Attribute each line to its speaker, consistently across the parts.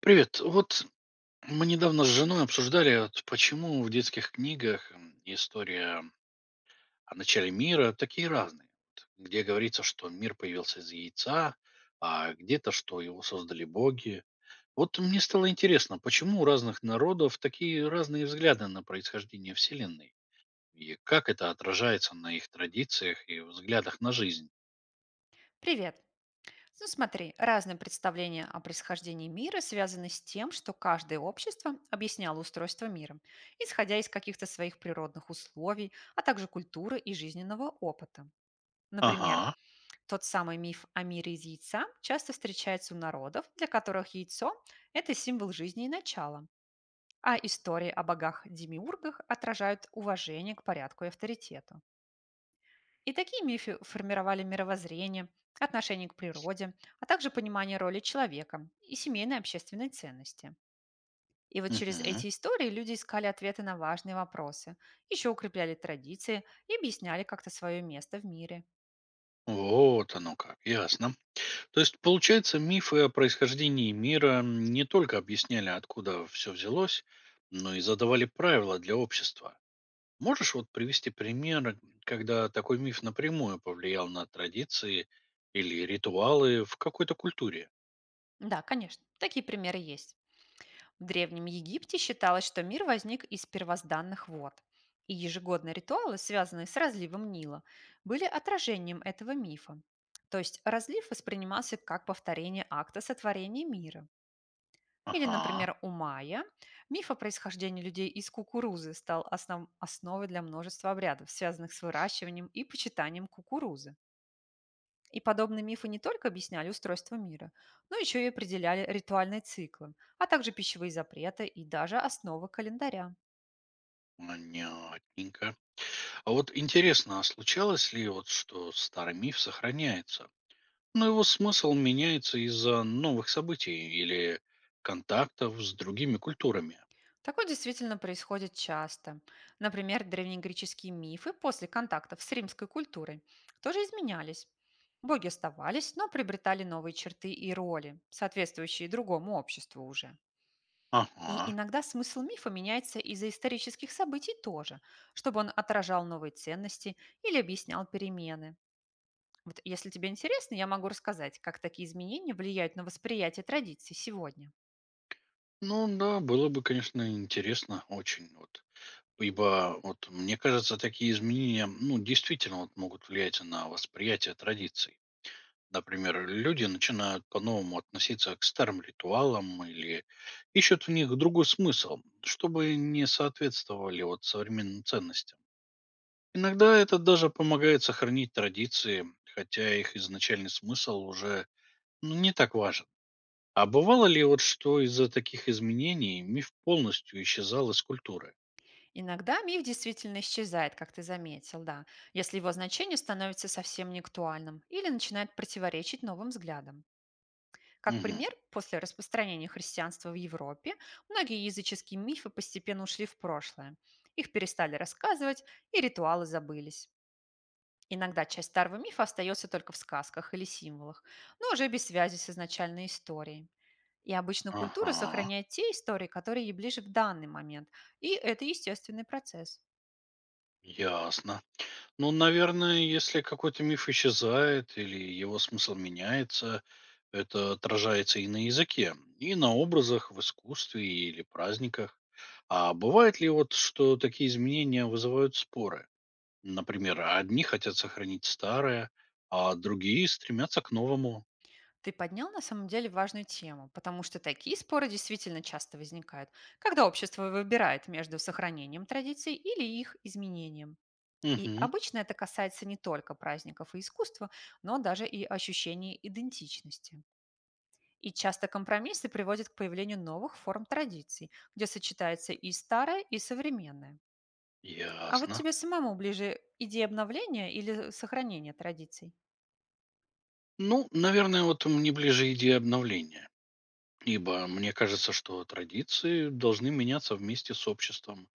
Speaker 1: Привет. Вот мы недавно с женой обсуждали, вот почему в детских книгах история о начале мира такие разные. Вот где говорится, что мир появился из яйца, а где-то, что его создали боги. Вот мне стало интересно, почему у разных народов такие разные взгляды на происхождение Вселенной? И как это отражается на их традициях и взглядах на жизнь?
Speaker 2: Привет! Ну смотри, разные представления о происхождении мира связаны с тем, что каждое общество объясняло устройство мира, исходя из каких-то своих природных условий, а также культуры и жизненного опыта. Например,
Speaker 1: Ага.
Speaker 2: тот самый миф о мире из яйца часто встречается у народов, для которых яйцо– это символ жизни и начала, а истории о богах-демиургах отражают уважение к порядку и авторитету. И такие мифы формировали мировоззрение, отношение к природе, а также понимание роли человека и семейной общественной ценности. И вот через
Speaker 1: Угу.
Speaker 2: эти истории люди искали ответы на важные вопросы, еще укрепляли традиции и объясняли как-то свое место в мире.
Speaker 1: Вот оно как. Ясно. То есть, получается, мифы о происхождении мира не только объясняли, откуда все взялось, но и задавали правила для общества. Можешь вот привести пример, когда такой миф напрямую повлиял на традиции или ритуалы в какой-то культуре?
Speaker 2: Да, конечно, такие примеры есть. В Древнем Египте считалось, что мир возник из первозданных вод. И ежегодные ритуалы, связанные с разливом Нила, были отражением этого мифа. То есть разлив воспринимался как повторение акта сотворения мира. Или,
Speaker 1: Ага,
Speaker 2: например, у майя миф о происхождении людей из кукурузы стал основой для множества обрядов, связанных с выращиванием и почитанием кукурузы. И подобные мифы не только объясняли устройство мира, но еще и определяли ритуальные циклы, а также пищевые запреты и даже основы календаря.
Speaker 1: понятненько. А вот интересно, а случалось ли вот, что старый миф сохраняется? Но его смысл меняется из-за новых событий или контактов с другими культурами?
Speaker 2: Такое действительно происходит часто. Например, древнегреческие мифы после контактов с римской культурой тоже изменялись. Боги оставались, но приобретали новые черты и роли, соответствующие другому обществу уже. И
Speaker 1: Ага.
Speaker 2: иногда смысл мифа меняется из-за исторических событий тоже, чтобы он отражал новые ценности или объяснял перемены. Вот если тебе интересно, я могу рассказать, как такие изменения влияют на восприятие традиций сегодня.
Speaker 1: Ну да, было бы, конечно, интересно очень. Вот. Ибо вот мне кажется, такие изменения, ну, действительно вот, могут влиять на восприятие традиций. Например, люди начинают по-новому относиться к старым ритуалам или ищут в них другой смысл, чтобы не соответствовали вот современным ценностям. Иногда это даже помогает сохранить традиции, хотя их изначальный смысл уже, ну, не так важен. А бывало ли вот, что из-за таких изменений миф полностью исчезал из культуры?
Speaker 2: Иногда миф действительно исчезает, как ты заметил, да, если его значение становится совсем неактуальным или начинает противоречить новым взглядам. Как
Speaker 1: Мгм.
Speaker 2: пример, после распространения христианства в Европе многие языческие мифы постепенно ушли в прошлое. Их перестали рассказывать, и ритуалы забылись. Иногда часть старого мифа остается только в сказках или символах, но уже без связи с изначальной историей. И обычно культура
Speaker 1: Ага,
Speaker 2: сохраняет те истории, которые ей ближе в данный момент. И это естественный процесс.
Speaker 1: ясно. Ну, наверное, если какой-то миф исчезает или его смысл меняется, это отражается и на языке, и на образах в искусстве или праздниках. А бывает ли вот, что такие изменения вызывают споры? Например, одни хотят сохранить старое, а другие стремятся к новому.
Speaker 2: Ты поднял на самом деле важную тему, потому что такие споры действительно часто возникают, когда общество выбирает между сохранением традиций или их изменением. И
Speaker 1: Угу.
Speaker 2: обычно это касается не только праздников и искусства, но даже и ощущений идентичности. И часто компромиссы приводят к появлению новых форм традиций, где сочетается и старое, и современное. А вот
Speaker 1: Ясно.
Speaker 2: тебе самому ближе идея обновления или сохранения традиций?
Speaker 1: Ну, наверное, вот мне ближе идея обновления, ибо мне кажется, что традиции должны меняться вместе с обществом,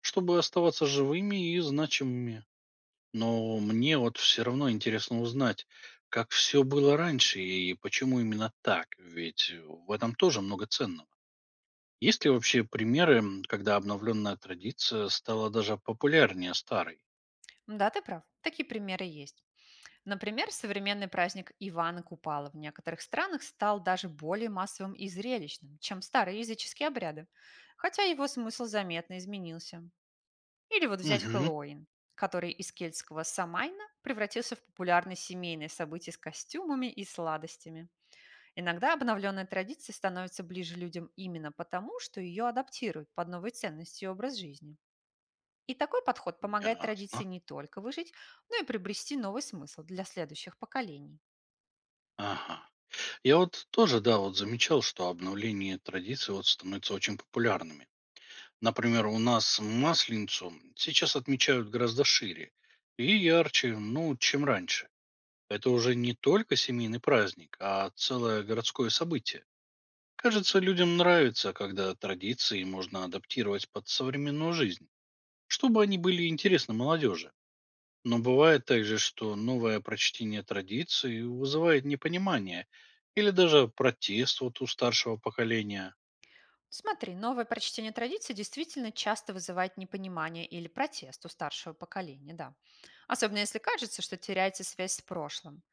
Speaker 1: чтобы оставаться живыми и значимыми. Но мне вот все равно интересно узнать, как все было раньше и почему именно так, ведь в этом тоже много ценного. Есть ли вообще примеры, когда обновленная традиция стала даже популярнее старой?
Speaker 2: Да, ты прав. Такие примеры есть. Например, современный праздник Ивана Купала в некоторых странах стал даже более массовым и зрелищным, чем старые языческие обряды, хотя его смысл заметно изменился. Или вот взять
Speaker 1: Угу.
Speaker 2: Хэллоуин, который из кельтского самайна превратился в популярное семейное событие с костюмами и сладостями. Иногда обновленная традиция становится ближе людям именно потому, что ее адаптируют под новые ценности и образ жизни. И такой подход помогает традиции
Speaker 1: Ясно.
Speaker 2: не только выжить, но и приобрести новый смысл для следующих поколений.
Speaker 1: Ага. Я вот тоже, да, вот замечал, что обновление традиций вот становится очень популярными. Например, у нас Масленицу сейчас отмечают гораздо шире и ярче, ну, чем раньше. Это уже не только семейный праздник, а целое городское событие. Кажется, людям нравится, когда традиции можно адаптировать под современную жизнь, чтобы они были интересны молодежи. Но бывает также, что новое прочтение традиции вызывает непонимание или даже протест вот у старшего поколения.
Speaker 2: Смотри, новое прочтение традиции действительно часто вызывает непонимание или протест у старшего поколения, да. Особенно если кажется, что теряется связь с прошлым.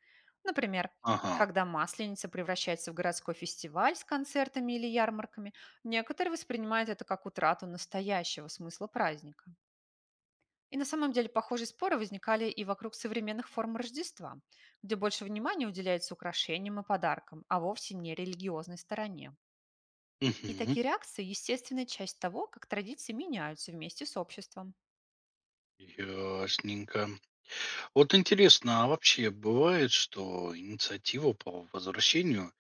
Speaker 2: Например,
Speaker 1: Ага.
Speaker 2: когда Масленица превращается в городской фестиваль с концертами или ярмарками, некоторые воспринимают это как утрату настоящего смысла праздника. И на самом деле похожие споры возникали и вокруг современных форм Рождества, где больше внимания уделяется украшениям и подаркам, а вовсе не религиозной стороне. И
Speaker 1: Мгм.
Speaker 2: такие реакции– естественная часть того, как традиции меняются вместе с обществом.
Speaker 1: Ясненько. Вот интересно, а вообще бывает, что инициатива по возвращению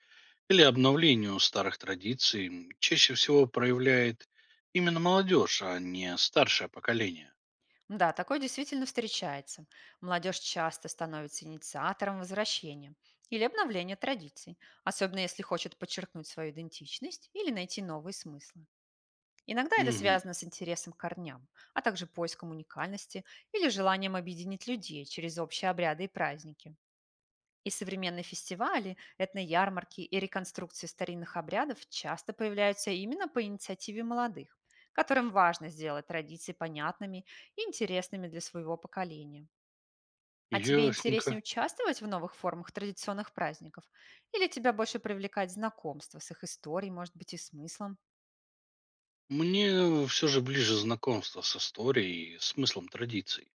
Speaker 1: или обновлению старых традиций чаще всего проявляет именно молодежь, а не старшее поколение?
Speaker 2: Да, такое действительно встречается. Молодежь часто становится инициатором возвращения или обновления традиций, особенно если хочет подчеркнуть свою идентичность или найти новые смыслы. Иногда это
Speaker 1: Угу.
Speaker 2: связано с интересом к корням, а также поиском уникальности или желанием объединить людей через общие обряды и праздники. И современные фестивали, этноярмарки и реконструкции старинных обрядов часто появляются именно по инициативе молодых, которым важно сделать традиции понятными и интересными для своего поколения. А тебе интереснее
Speaker 1: Ясненько.
Speaker 2: участвовать в новых формах традиционных праздников? Или тебя больше привлекает знакомство с их историей, может быть, и смыслом?
Speaker 1: Мне все же ближе знакомство с историей и смыслом традиций.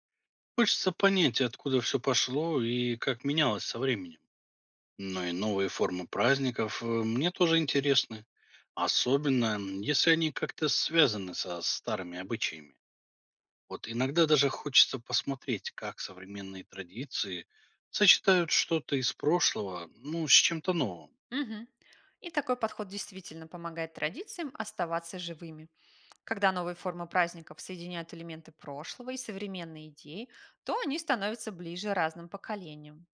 Speaker 1: Хочется понять, откуда все пошло и как менялось со временем. Но и новые формы праздников мне тоже интересны. Особенно, если они как-то связаны со старыми обычаями. Вот иногда даже хочется посмотреть, как современные традиции сочетают что-то из прошлого, ну, с чем-то новым.
Speaker 2: Мгм. И такой подход действительно помогает традициям оставаться живыми. Когда новые формы праздников соединяют элементы прошлого и современные идеи, то они становятся ближе разным поколениям.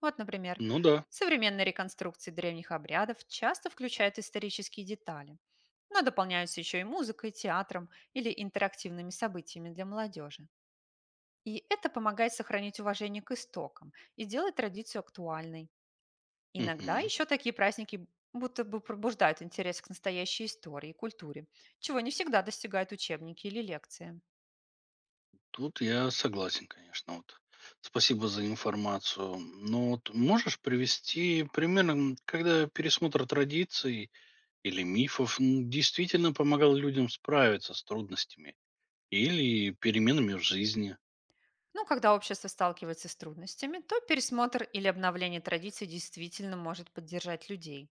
Speaker 2: Вот, например,
Speaker 1: Ну да.
Speaker 2: современные реконструкции древних обрядов часто включают исторические детали, но дополняются еще и музыкой, театром или интерактивными событиями для молодежи. И это помогает сохранить уважение к истокам и делать традицию актуальной. Иногда
Speaker 1: Мгм.
Speaker 2: еще такие праздники будто бы пробуждают интерес к настоящей истории и культуре, чего не всегда достигают учебники или лекции.
Speaker 1: Тут я согласен, конечно. Вот. Спасибо за информацию. Но вот можешь привести примерно, когда пересмотр традиций или мифов действительно помогал людям справиться с трудностями или переменами в жизни.
Speaker 2: Но когда общество сталкивается с трудностями, то пересмотр или обновление традиций действительно может поддержать людей.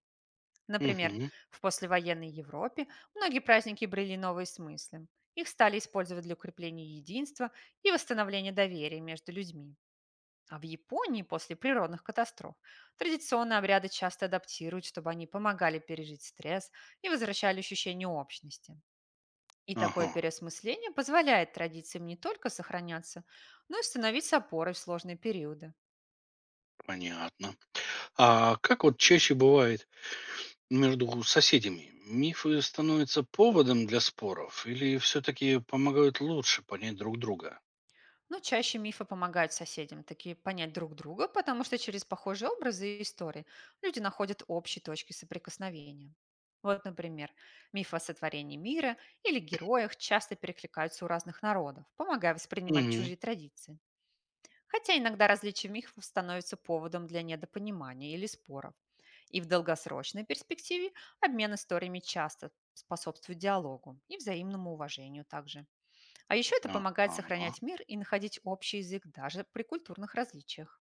Speaker 2: Например,
Speaker 1: Мгм.
Speaker 2: в послевоенной Европе многие праздники брели новые смыслы. Их стали использовать для укрепления единства и восстановления доверия между людьми. А в Японии после природных катастроф традиционные обряды часто адаптируют, чтобы они помогали пережить стресс и возвращали ощущение общности. И такое
Speaker 1: Ага,
Speaker 2: переосмысление позволяет традициям не только сохраняться, но и становиться опорой в сложные периоды.
Speaker 1: понятно. А как вот чаще бывает между соседями? Мифы становятся поводом для споров или все-таки помогают лучше понять друг друга?
Speaker 2: Но чаще мифы помогают соседям таки понять друг друга, потому что через похожие образы и истории люди находят общие точки соприкосновения. Вот, например, мифы о сотворении мира или героях часто перекликаются у разных народов, помогая воспринимать
Speaker 1: Угу.
Speaker 2: чужие традиции. Хотя иногда различие мифов становится поводом для недопонимания или споров. И в долгосрочной перспективе обмен историями часто способствует диалогу и взаимному уважению также. А еще это помогает
Speaker 1: Ага.
Speaker 2: сохранять мир и находить общий язык даже при культурных различиях.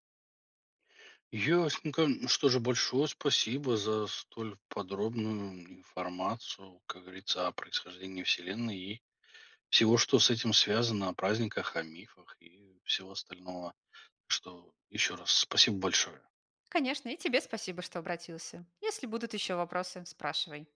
Speaker 1: Ясненько. Ну что же, большое спасибо за столь подробную информацию, как говорится, о происхождении Вселенной и всего, что с этим связано, о праздниках, о мифах и всего остального. Что еще раз спасибо большое.
Speaker 2: Конечно, и тебе спасибо, что обратился. Если будут еще вопросы, спрашивай.